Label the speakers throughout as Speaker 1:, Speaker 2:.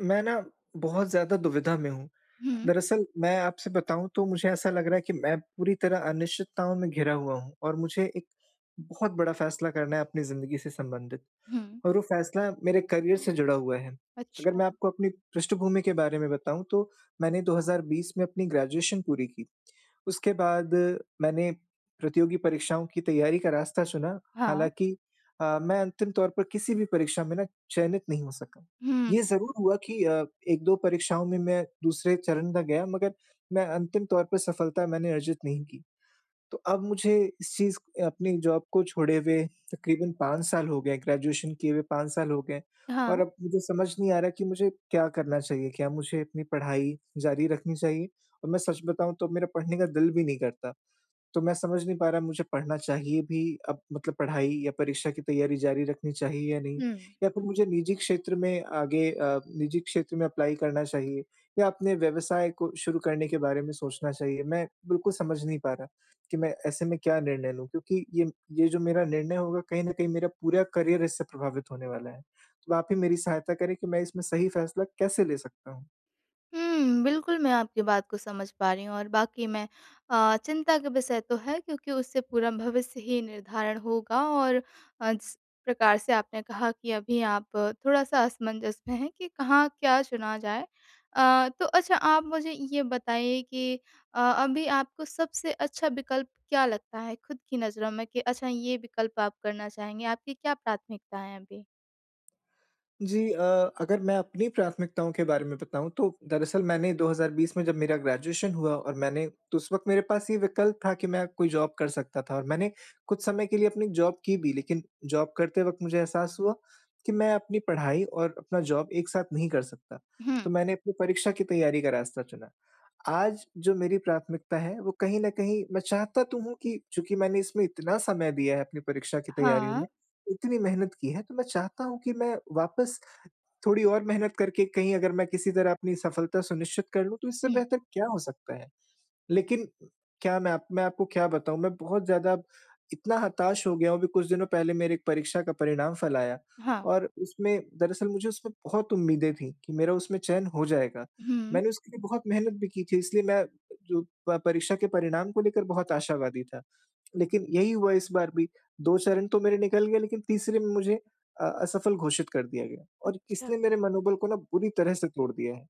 Speaker 1: मैं ना बहुत ज़्यादा दुविधा में हूँ।
Speaker 2: हुँ।
Speaker 1: दरअसल मैं आपसे बताऊँ तो मुझे ऐसा लग रहा है कि मैं पूरी तरह अनिश्चितताओं में घिरा हुआ हूँ और मुझे एक बहुत बड़ा फैसला करना है अपनी ज़िंदगी से संबंधित,
Speaker 2: हुँ।
Speaker 1: और वो फैसला मेरे करियर से जुड़ा हुआ है। अगर
Speaker 2: अच्छा।
Speaker 1: मैं आपको अपनी पृष्ठभूमि के बारे में बताऊँ तो मैंने 2020 में अपनी ग्रेजुएशन पूरी की। उसके बाद मैंने प्रतियोगी परीक्षाओं की तैयारी का रास्ता चुना,
Speaker 2: हाँ।
Speaker 1: हालाँकि मैं अंतिम तौर पर किसी भी परीक्षा में ना चयनित नहीं हो सका।
Speaker 2: हुँ।
Speaker 1: ये ज़रूर हुआ कि 1-2 परीक्षाओं में मैं दूसरे चरण तक गया, मगर मैं अंतिम तौर पर सफलता मैंने अर्जित नहीं की। तो अब मुझे इस चीज़ अपनी जॉब को छोड़े हुए तकरीबन 5 साल हो गए, ग्रेजुएशन किए हुए 5 साल हो गए, और
Speaker 2: हाँ।
Speaker 1: अब मुझे समझ नहीं आ रहा कि मुझे क्या करना चाहिए? क्या मुझे अपनी पढ़ाई जारी रखनी चाहिए? और मैं सच बताऊँ तो मेरा पढ़ने का दिल भी नहीं करता। तो मैं समझ नहीं पा रहा, मुझे पढ़ना चाहिए भी, अब मतलब पढ़ाई या परीक्षा की तैयारी जारी रखनी चाहिए या नहीं?
Speaker 2: हुँ।
Speaker 1: या फिर मुझे निजी क्षेत्र में आगे निजी क्षेत्र में अप्लाई करना चाहिए, या अपने व्यवसाय को शुरू करने के बारे में सोचना चाहिए? मैं बिल्कुल समझ नहीं पा रहा कि मैं ऐसे में क्या निर्णय लूँ, क्योंकि ये जो मेरा निर्णय होगा, कहीं न कहीं मेरा पूरा करियर इससे प्रभावित होने वाला है। तो आप ही मेरी सहायता करें कि मैं इसमें सही फैसला कैसे ले सकता हूँ?
Speaker 2: हुँ, बिल्कुल मैं आपकी बात को समझ पा रही हूँ और बाकी में चिंता का विषय तो है क्योंकि उससे पूरा भविष्य ही निर्धारण होगा और जिस प्रकार से आपने कहा कि अभी आप थोड़ा-सा असमंजस में हैं कि कहाँ क्या चुना जाए। तो अच्छा आप मुझे ये बताइए कि अभी आपको सबसे अच्छा विकल्प क्या लगता है खुद की नज़रों में कि अच्छा ये विकल्प आप करना चाहेंगे? आपकी क्या प्राथमिकता है अभी?
Speaker 1: जी, अगर मैं अपनी प्राथमिकताओं के बारे में बताऊँ तो दरअसल मैंने 2020 में जब मेरा ग्रेजुएशन हुआ, और मैंने, तो उस वक़्त मेरे पास ये विकल्प था कि मैं कोई जॉब कर सकता था, और मैंने कुछ समय के लिए अपनी जॉब की भी, लेकिन जॉब करते वक़्त मुझे एहसास हुआ कि मैं अपनी पढ़ाई और अपना जॉब एक साथ नहीं कर सकता।
Speaker 2: हुँ।
Speaker 1: तो मैंने अपनी परीक्षा की तैयारी का रास्ता चुना। आज जो मेरी प्राथमिकता है, वो कहीं न कहीं मैं चाहता तो हूँ कि चूँकि मैंने इसमें इतना समय दिया है अपनी परीक्षा की तैयारियों
Speaker 2: हाँ।
Speaker 1: में, इतनी मेहनत की है, तो मैं चाहता हूँ कि मैं वापस थोड़ी और मेहनत करके, कहीं अगर मैं किसी तरह अपनी सफलता सुनिश्चित कर लूँ, तो इससे
Speaker 2: हुँ।
Speaker 1: बेहतर क्या हो सकता है? लेकिन क्या मैं आप मैं आपको क्या बताऊँ, मैं बहुत ज़्यादा अब इतना हताश हो गया हूँ। अभी कुछ दिनों पहले मेरे एक परीक्षा का परिणाम फल आया,
Speaker 2: हाँ।
Speaker 1: और उसमें दरअसल मुझे उसमें बहुत उम्मीदें थी कि मेरा उसमें चयन हो जाएगा।
Speaker 2: हुँ।
Speaker 1: मैंने उसके लिए बहुत मेहनत भी की थी, इसलिए मैं जो प परीक्षा के परिणाम को लेकर बहुत आशावादी था। लेकिन यही हुआ इस बार भी, 2 चरण तो मेरे निकल गए, लेकिन तीसरे में मुझे असफल घोषित कर दिया गया, और
Speaker 2: अच्छा।
Speaker 1: इसने मेरे मनोबल को ना बुरी तरह से तोड़ दिया है।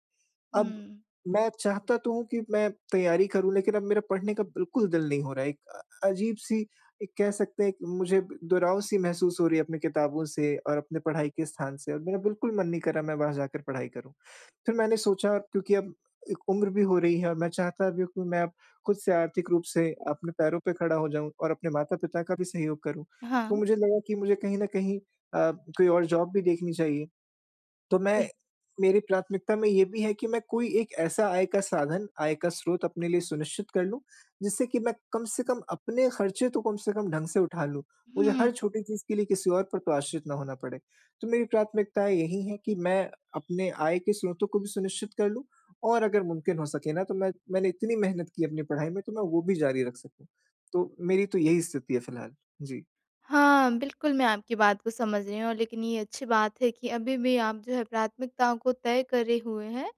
Speaker 1: अब
Speaker 2: हुँ।
Speaker 1: मैं चाहता तो हूँ कि मैं तैयारी करूँ, लेकिन अब मेरा पढ़ने का बिल्कुल दिल नहीं हो रहा है। एक अजीब-सी, एक कह सकते हैं कि मुझे दुराव-सी महसूस हो रही है अपनी किताबों से और अपने पढ़ाई के स्थान से, और मेरा बिल्कुल मन नहीं कर रहा मैं वहाँ जाकर पढ़ाई करूँ। फिर मैंने सोचा, क्योंकि अब एक उम्र भी हो रही है, और मैं चाहता भी हूँ कि मैं अब खुद से आर्थिक रूप से अपने पैरों पे खड़ा हो जाऊँ और अपने माता-पिता का भी सहयोग करूँ।
Speaker 2: हाँ।
Speaker 1: तो मुझे लगा कि मुझे कहीं न कहीं कोई और जॉब भी देखनी चाहिए। तो मैं
Speaker 2: जी।
Speaker 1: मेरी प्राथमिकता में ये भी है कि मैं कोई एक ऐसा आय का साधन, आय का स्रोत अपने लिए सुनिश्चित कर लूँ, जिससे कि मैं कम से कम अपने खर्चे तो कम से कम ढंग से उठा लूँ। मुझे
Speaker 2: हुँ।
Speaker 1: हर छोटी चीज़ के लिए किसी और पर तो आश्रित ना होना पड़े। तो मेरी प्राथमिकताएँ यही हैं कि मैं अपने आय के स्रोतों को भी सुनिश्चित कर लूँ, और अगर मुमकिन हो सके ना तो मैंने इतनी मेहनत की अपनी पढ़ाई में, तो मैं वो भी जारी रख सकूँ। तो मेरी तो यही स्थिति है फिलहाल। जी।
Speaker 2: हाँ, बिल्कुल, मैं आपकी बात को समझ रही हूँ और लेकिन ये अच्छी बात है कि अभी भी आप जो है प्राथमिकताओं को तय करे हुए हैं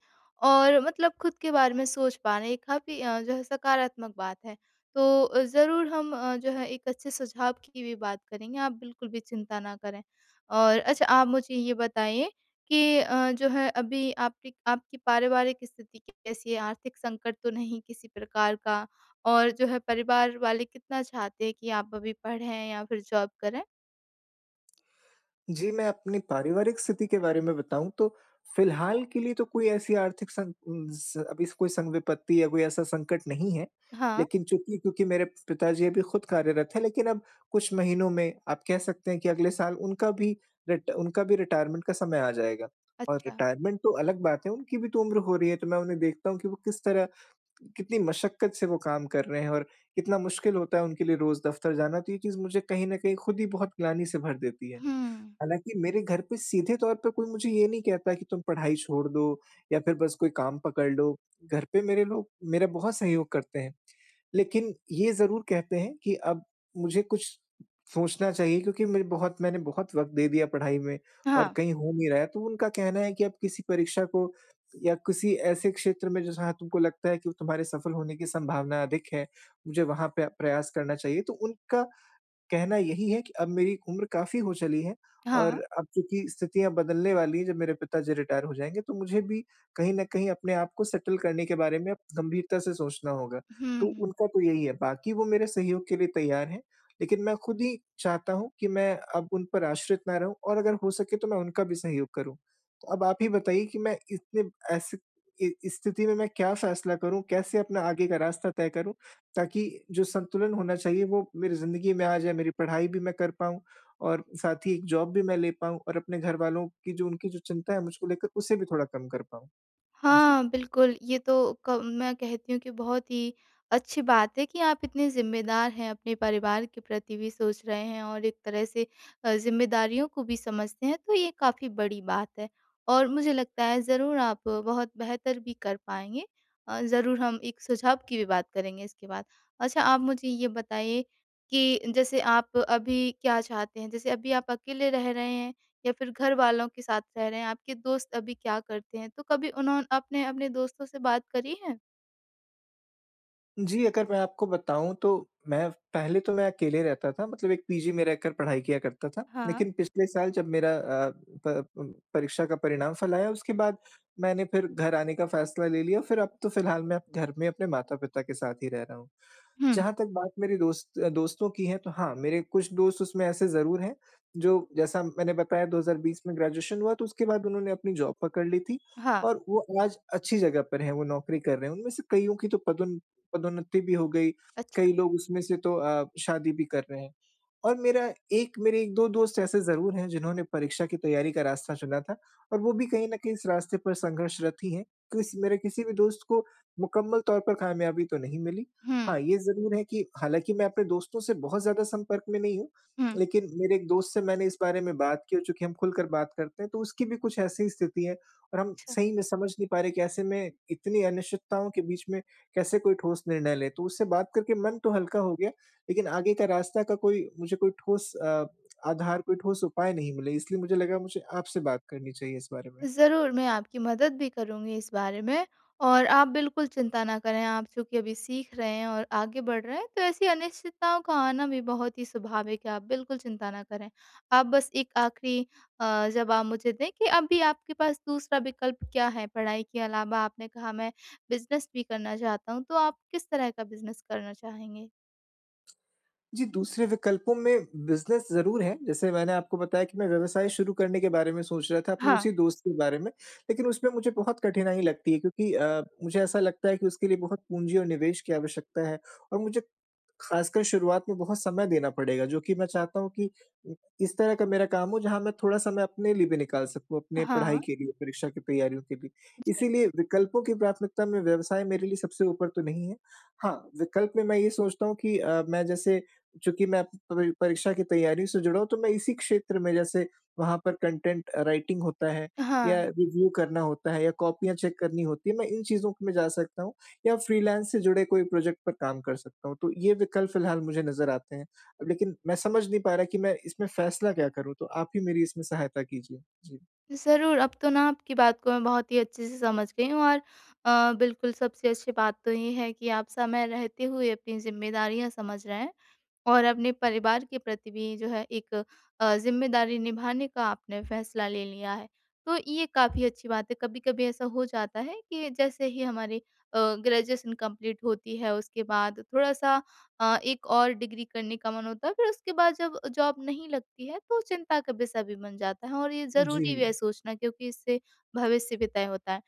Speaker 2: और मतलब खुद के बारे में सोच पा रहे हैं, ये काफ़ी जो है सकारात्मक बात है। तो ज़रूर हम जो है एक अच्छे सुझाव की भी बात करेंगे, आप बिल्कुल भी चिंता ना करें। और अच्छा आप मुझे ये बताइए कि जो है अभी आपकी आपकी पारिवारिक स्थिति कैसी है? आर्थिक संकट तो नहीं किसी प्रकार का? और जो है परिवार वाले कितना चाहते हैं कि आप अभी पढ़ें या फिर जॉब करें।
Speaker 1: जी, मैं अपनी पारिवारिक स्थिति के बारे में बताऊँ तो फिलहाल के लिए तो कोई ऐसी आर्थिक सं उम, स अभी कोई संग-विपत्ति या कोई ऐसा संकट नहीं है।
Speaker 2: हाँ।
Speaker 1: लेकिन चूँकि क्योंकि मेरे पिताजी अभी खुद कार्यरत हैं, लेकिन अब कुछ महीनों में, आप कह सकते हैं कि अगले साल, उनका भी रिटायरमेंट का समय आ जाएगा। और
Speaker 2: अच्छा।
Speaker 1: रिटायरमेंट तो अलग बात है, उनकी भी तो उम्र हो रही है, तो मैं उन्हें देखता हूँ कि वो किस तरह, कितनी मशक्कत से वो काम कर रहे हैं, और कितना मुश्किल होता है उनके लिए रोज़ दफ़्तर जाना, तो ये चीज़ मुझे कहीं न कहीं खुद ही बहुत ग्लानि से भर देती है।
Speaker 2: हुँ।
Speaker 1: हालाँकि मेरे घर पे सीधे तौर पे कोई मुझे ये नहीं कहता कि तुम पढ़ाई छोड़ दो या फिर बस कोई काम पकड़ लो। घर पे मेरे लोग मेरा बहुत सहयोग करते हैं। लेकिन ये ज़रूर कहते हैं कि अब मुझे कुछ सोचना चाहिए, क्योंकि मैंने बहुत वक़्त दे दिया पढ़ाई में, और
Speaker 2: हाँ।
Speaker 1: कहीं हो नहीं रहा है। तो उनका कहना है कि अब किसी परीक्षा को, या किसी ऐसे क्षेत्र में जहाँ तुमको लगता है कि तुम्हारे सफल होने की संभावना अधिक है, मुझे वहाँ पे प्रयास करना चाहिए। तो उनका कहना यही है कि अब मेरी उम्र काफ़ी हो चली है, और
Speaker 2: हाँ।
Speaker 1: अब चूँकि स्थितियाँ बदलने वाली हैं, जब मेरे पिताजी रिटायर हो जाएँगे, तो मुझे भी कहीं न कहीं अपने आप को सेटल करने के बारे में अब गंभीरता से सोचना होगा। तो
Speaker 2: हुँ।
Speaker 1: उनका तो यही है, बाकी वो मेरे सहयोग के लिए तैयार हैं, लेकिन मैं खुद ही चाहता हूँ कि मैं अब उन पर आश्रित ना रहूँ, और अगर हो सके तो मैं उनका भी सहयोग करूँ। तो अब आप ही बताइए कि मैं इतने ऐसे इ इस स्थिति में मैं क्या फ़ैसला करूँ? कैसे अपना आगे का रास्ता तय करूँ, ताकि जो संतुलन होना चाहिए वो मेरी ज़िंदगी में आ जाए, मेरी पढ़ाई भी मैं कर पाऊँ, और साथ ही एक जॉब भी मैं ले पाऊँ, और अपने घरवालों की जो उनकी जो चिंता है मुझको लेकर, उसे भी थोड़ा कम कर पाऊँ। जी।
Speaker 2: हाँ, बिल्कुल, ये तो क मैं कहती हूँ कि बहुत ही अच्छी बात है कि आप इतने ज़िम्मेदार हैं, अपने परिवार के प्रति भी सोच रहे हैं और एक तरह से ज़िम्मेदारियों को भी समझते हैं, तो ये काफ़ी बड़ी बात है। और मुझे लगता है ज़रूर आप बहुत बेहतर भी कर पाएँगे। ज़रूर हम एक सुझाव की भी बात करेंगे इसके बाद। अच्छा, आप मुझे ये बताइए कि जैसे आप अभी क्या चाहते हैं? जैसे अभी आप अकेले रह रहे हैं, या फिर घर वालों के साथ रह रहे हैं, आपके दोस्त अभी क्या करते हैं? तो कभी उन्होंने आपने अपने दोस्तों से बात करी है?
Speaker 1: जी, अगर मैं आपको बताऊँ तो मैं पहले तो मैं अकेले रहता था, मतलब एक पीजी में रहकर पढ़ाई किया करता था।
Speaker 2: हाँ।
Speaker 1: लेकिन पिछले साल जब मेरा प प परीक्षा का परिणाम फल आया, उसके बाद मैंने फिर घर आने का फ़ैसला ले लिया। फिर अब तो फ़िलहाल मैं घर में अपने माता-पिता के साथ ही रह रहा हूँ।
Speaker 2: हुँ।
Speaker 1: जहाँ तक बात मेरी दोस्तों की है, तो हाँ, मेरे कुछ दोस्त उसमें ऐसे ज़रूर हैं जो, जैसा मैंने बताया, 2020 में ग्रेजुएशन हुआ तो उसके बाद उन्होंने अपनी जॉब पकड़ ली थी,
Speaker 2: हाँ।
Speaker 1: और वो आज अच्छी जगह पर हैं, वो नौकरी कर रहे हैं। उनमें से कइयों की तो पदोन्नति भी हो गई,
Speaker 2: अच्छा।
Speaker 1: कई लोग उसमें से तो शादी भी कर रहे हैं। और मेरा एक मेरे 1-2 दोस्त ऐसे ज़रूर हैं जिन्होंने परीक्षा की तैयारी का रास्ता चुना था, और वो भी कहीं न कहीं इस रास्ते पर संघर्षरत ही हैं। किस मेरे किसी भी दोस्त को मुकम्मल तौर पर कामयाबी तो नहीं मिली।
Speaker 2: हुँ।
Speaker 1: हाँ, ये ज़रूर है कि हालाँकि मैं अपने दोस्तों से बहुत ज़्यादा संपर्क में नहीं हूँ,
Speaker 2: हुँ।
Speaker 1: लेकिन मेरे एक दोस्त से मैंने इस बारे में बात की, और चूँकि हम खुलकर बात करते हैं तो उसकी भी कुछ ऐसी ही स्थिति है, और हम
Speaker 2: अच्छा।
Speaker 1: सही में समझ नहीं पा रहे कि ऐसे में, इतनी अनिश्चितताओं के बीच में, कैसे कोई ठोस निर्णय लें। तो उससे बात करके मन तो हल्का हो गया, लेकिन आगे का रास्ता का कोई मुझे कोई ठोस आधार, कोई ठोस उपाय नहीं मिले, इसलिए मुझे लगा मुझे आपसे बात करनी चाहिए इस बारे में।
Speaker 2: ज़रूर, मैं आपकी मदद भी करूँगी इस बारे में और आप बिल्कुल चिंता ना करें, आप चूँकि अभी सीख रहे हैं और आगे बढ़ रहे हैं, तो ऐसी अनिश्चितताओं का आना भी बहुत ही स्वाभाविक है, आप बिल्कुल चिंता ना करें। आप बस एक आखिरी जवाब मुझे दें कि अभी आपके पास दूसरा विकल्प क्या है? पढ़ाई के अलावा आपने कहा मैं बिज़नेस भी करना चाहता हूँ, तो आप किस तरह का बिज़नेस करना चाहेंगे?
Speaker 1: जी, दूसरे विकल्पों में बिज़नेस ज़रूर है, जैसे मैंने आपको बताया कि मैं व्यवसाय शुरू करने के बारे में सोच रहा था, अपने
Speaker 2: हाँ।
Speaker 1: उसी दोस्त के बारे में। लेकिन उसमें मुझे बहुत कठिनाई लगती है, क्योंकि मुझे ऐसा लगता है कि उसके लिए बहुत पूँजी और निवेश की आवश्यकता है, और मुझे खासकर शुरुआत में बहुत समय देना पड़ेगा, जो कि मैं चाहता हूँ कि इ इस तरह का मेरा काम हो जहाँ मैं थोड़ा समय अपने लिए भी निकाल सकूँ, अपने पढ़ाई
Speaker 2: हाँ।
Speaker 1: के लिए, परीक्षा की तैयारियों के लिए।
Speaker 2: जी।
Speaker 1: इसीलिए विकल्पों की प्राथमिकता में व्यवसाय मेरे लिए सबसे ऊपर तो नहीं है। हाँ, विकल्प में मैं ये सोचता हूँ कि मैं जैसे चूँकि मैं परीक्षा की तैयारी से जुड़ा हूँ, तो मैं इसी क्षेत्र में, जैसे, वहाँ पर कंटेंट राइटिंग होता है, या
Speaker 2: हाँ।
Speaker 1: रिव्यू करना होता है, या कॉपियाँ चेक करनी होती है, मैं इन चीज़ों में जा सकता हूँ। या फ्रीलांस से जुड़े कोई प्रोजेक्ट पर काम कर सकता हूँ। तो ये विकल्प फ़िलहाल मुझे नज़र आते हैं। अब लेकिन मैं समझ नहीं पा रहा कि मैं इसमें फ़ैसला क्या करूँ? तो आप ही मेरी इसमें सहायता कीजिए। जी।
Speaker 2: ज़रूर, अब तो ना आपकी बात को मैं बहुत ही अच्छे से समझ गई हूँ और बिल्कुल सबसे अच्छी बात तो ये है कि आप समय रहते हुए अपनी ज़िम्मेदारियाँ समझ रहे हैं। और अपने परिवार के प्रति भी जो है एक ज़िम्मेदारी निभाने का आपने फैसला ले लिया है। तो ये काफ़ी अच्छी बात है। कभी-कभी ऐसा हो जाता है कि जैसे ही हमारी अ, ग्रेजुएशन कंप्लीट होती है उसके बाद थोड़ा-सा एक और डिग्री करने का मन होता है, फिर उसके बाद जब जॉब नहीं लगती है तो चिंता का विषय भी बन जाता है और ये
Speaker 1: जी,
Speaker 2: ज़रूरी भी है सोचना क्योंकि इससे भविष्य भी तय होता है।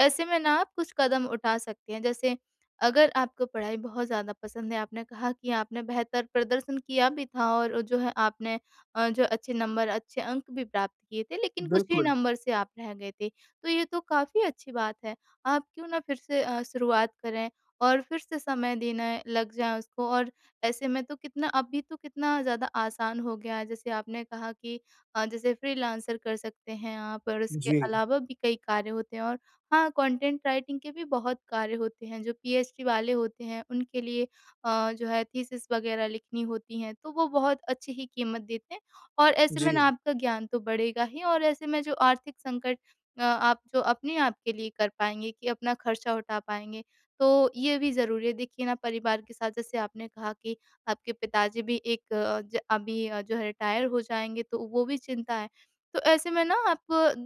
Speaker 2: ऐसे में ना आप कुछ कदम उठा सकते हैं। जैसे अगर आपको पढ़ाई बहुत ज़्यादा पसंद है, आपने कहा कि आपने बेहतर प्रदर्शन किया भी था और जो है आपने जो अच्छे नंबर, अच्छे अंक भी प्राप्त किए थे, लेकिन कुछ ही
Speaker 1: बिल्कुल।
Speaker 2: नंबर से आप रह गए थे। तो ये तो काफ़ी अच्छी बात है। आप क्यों ना फिर से शुरुआत करें और फिर से समय देने लग जाएँ उसको। और ऐसे में तो कितना अभी तो कितना ज़्यादा आसान हो गया है। जैसे आपने कहा कि जैसे फ्रीलांसर कर सकते हैं आप और इसके
Speaker 1: जी,
Speaker 2: अलावा भी कई कार्य होते हैं। और हाँ, कंटेंट राइटिंग के भी बहुत कार्य होते हैं, जो पीएचडी वाले होते हैं, उनके लिए जो है थीसिस वगैरह लिखनी होती हैं, तो वो बहुत अच्छी ही कीमत देते हैं। और ऐसे
Speaker 1: जी,
Speaker 2: में ना आपका ज्ञान तो बढ़ेगा ही, और ऐसे में जो आर्थिक संकट आप जो अपने आप के लिए कर पाएँगे कि अपना खर्चा उठा पाएँगे, तो ये भी ज़रूरी है। देखिए ना, परिवार के साथ जैसे आपने कहा कि आपके पिताजी भी एक अ, ज अभी अ, जो है रिटायर हो जाएँगे, तो वो भी चिंता है। तो ऐसे में ना आप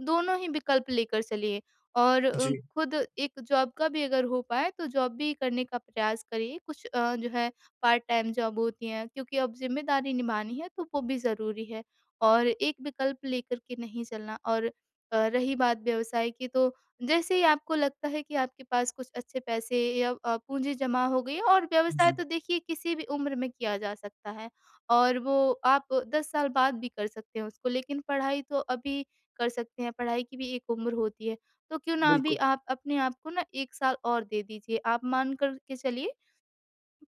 Speaker 2: दोनों ही विकल्प लेकर चलिए। और
Speaker 1: जी,
Speaker 2: खुद एक जॉब का भी अगर हो पाए तो जॉब भी करने का प्रयास करिए। कुछ जो है पार्ट टाइम जॉब होती हैं क्योंकि अब ज़िम्मेदारी निभानी है तो वो भी ज़रूरी है और एक विकल्प लेकर के नहीं चलना। और रही बात व्यवसाय की तो जैसे ही आपको लगता है कि आपके पास कुछ अच्छे पैसे या पूँजी जमा हो गई है, और व्यवसाय
Speaker 1: जी,
Speaker 2: तो देखिए किसी भी उम्र में किया जा सकता है। और वो आप 10 साल बाद भी कर सकते हैं उसको। लेकिन पढ़ाई तो अभी कर सकते हैं, पढ़ाई की भी एक उम्र होती है। तो क्यों ना अभी
Speaker 1: बिल्कुल।
Speaker 2: आप अपने आप को ना 1 साल और दे दीजिए। आप मान कर के चलिए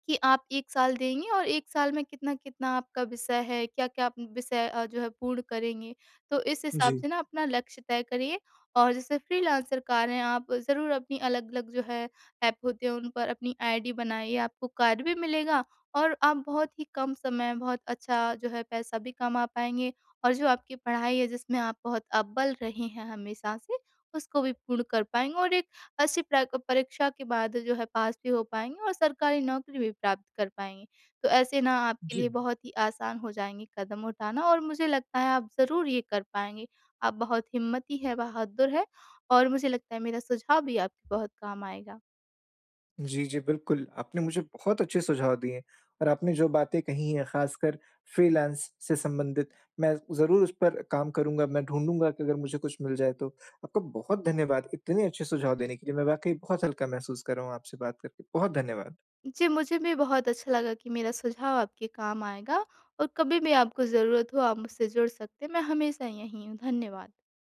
Speaker 2: कि आप 1 साल देंगे और 1 साल में कितना-कितना आपका विषय है, क्या-क्या आप विषय जो है पूर्ण करेंगे। तो इस हिसाब
Speaker 1: जी,
Speaker 2: से ना अपना लक्ष्य तय करिए। और जैसे फ्रीलांसर कार्य हैं, आप ज़रूर अपनी अलग-अलग जो है ऐप होते हैं उन पर अपनी आईडी बनाइए, आपको कार्य भी मिलेगा और आप बहुत ही कम समय बहुत अच्छा जो है पैसा भी कमा पाएँगे, और जो आपकी पढ़ाई है जिसमें आप बहुत अव्वल रहे हैं हमेशा से, उसको भी पूर्ण कर पाएँगे और एक अच्छी प्राक परीक्षा के बाद जो है पास भी हो पाएँगे और सरकारी नौकरी भी प्राप्त कर पाएँगे। तो ऐसे ना आपके
Speaker 1: जी।
Speaker 2: लिए बहुत ही आसान हो जाएँगे कदम उठाना, और मुझे लगता है आप ज़रूर ये कर पाएँगे। आप बहुत हिम्मती हैं, बहादुर हैं और मुझे लगता है मेरा सुझाव भी आपके बहुत काम आएगा।
Speaker 1: जी, जी, बिल्कुल। आपने मुझे बहुत अच्छे सुझाव दिए, और आपने जो बातें कही हैं, ख़ासकर फ्रीलांस से संबंधित, मैं ज़रूर उस पर काम करूँगा, मैं ढूँढूँगा कि अगर मुझे कुछ मिल जाए तो। आपका बहुत धन्यवाद इतने अच्छे सुझाव देने के लिए, मैं वाक़ई बहुत हल्का महसूस कर रहा हूँ आपसे बात करके। बहुत धन्यवाद।
Speaker 2: जी, मुझे भी बहुत अच्छा लगा कि मेरा सुझाव आपके काम आएगा और कभी भी आपको ज़रूरत हो आप मुझसे जुड़ सकते हैं। मैं हमेशा यहीं हूँ। धन्यवाद।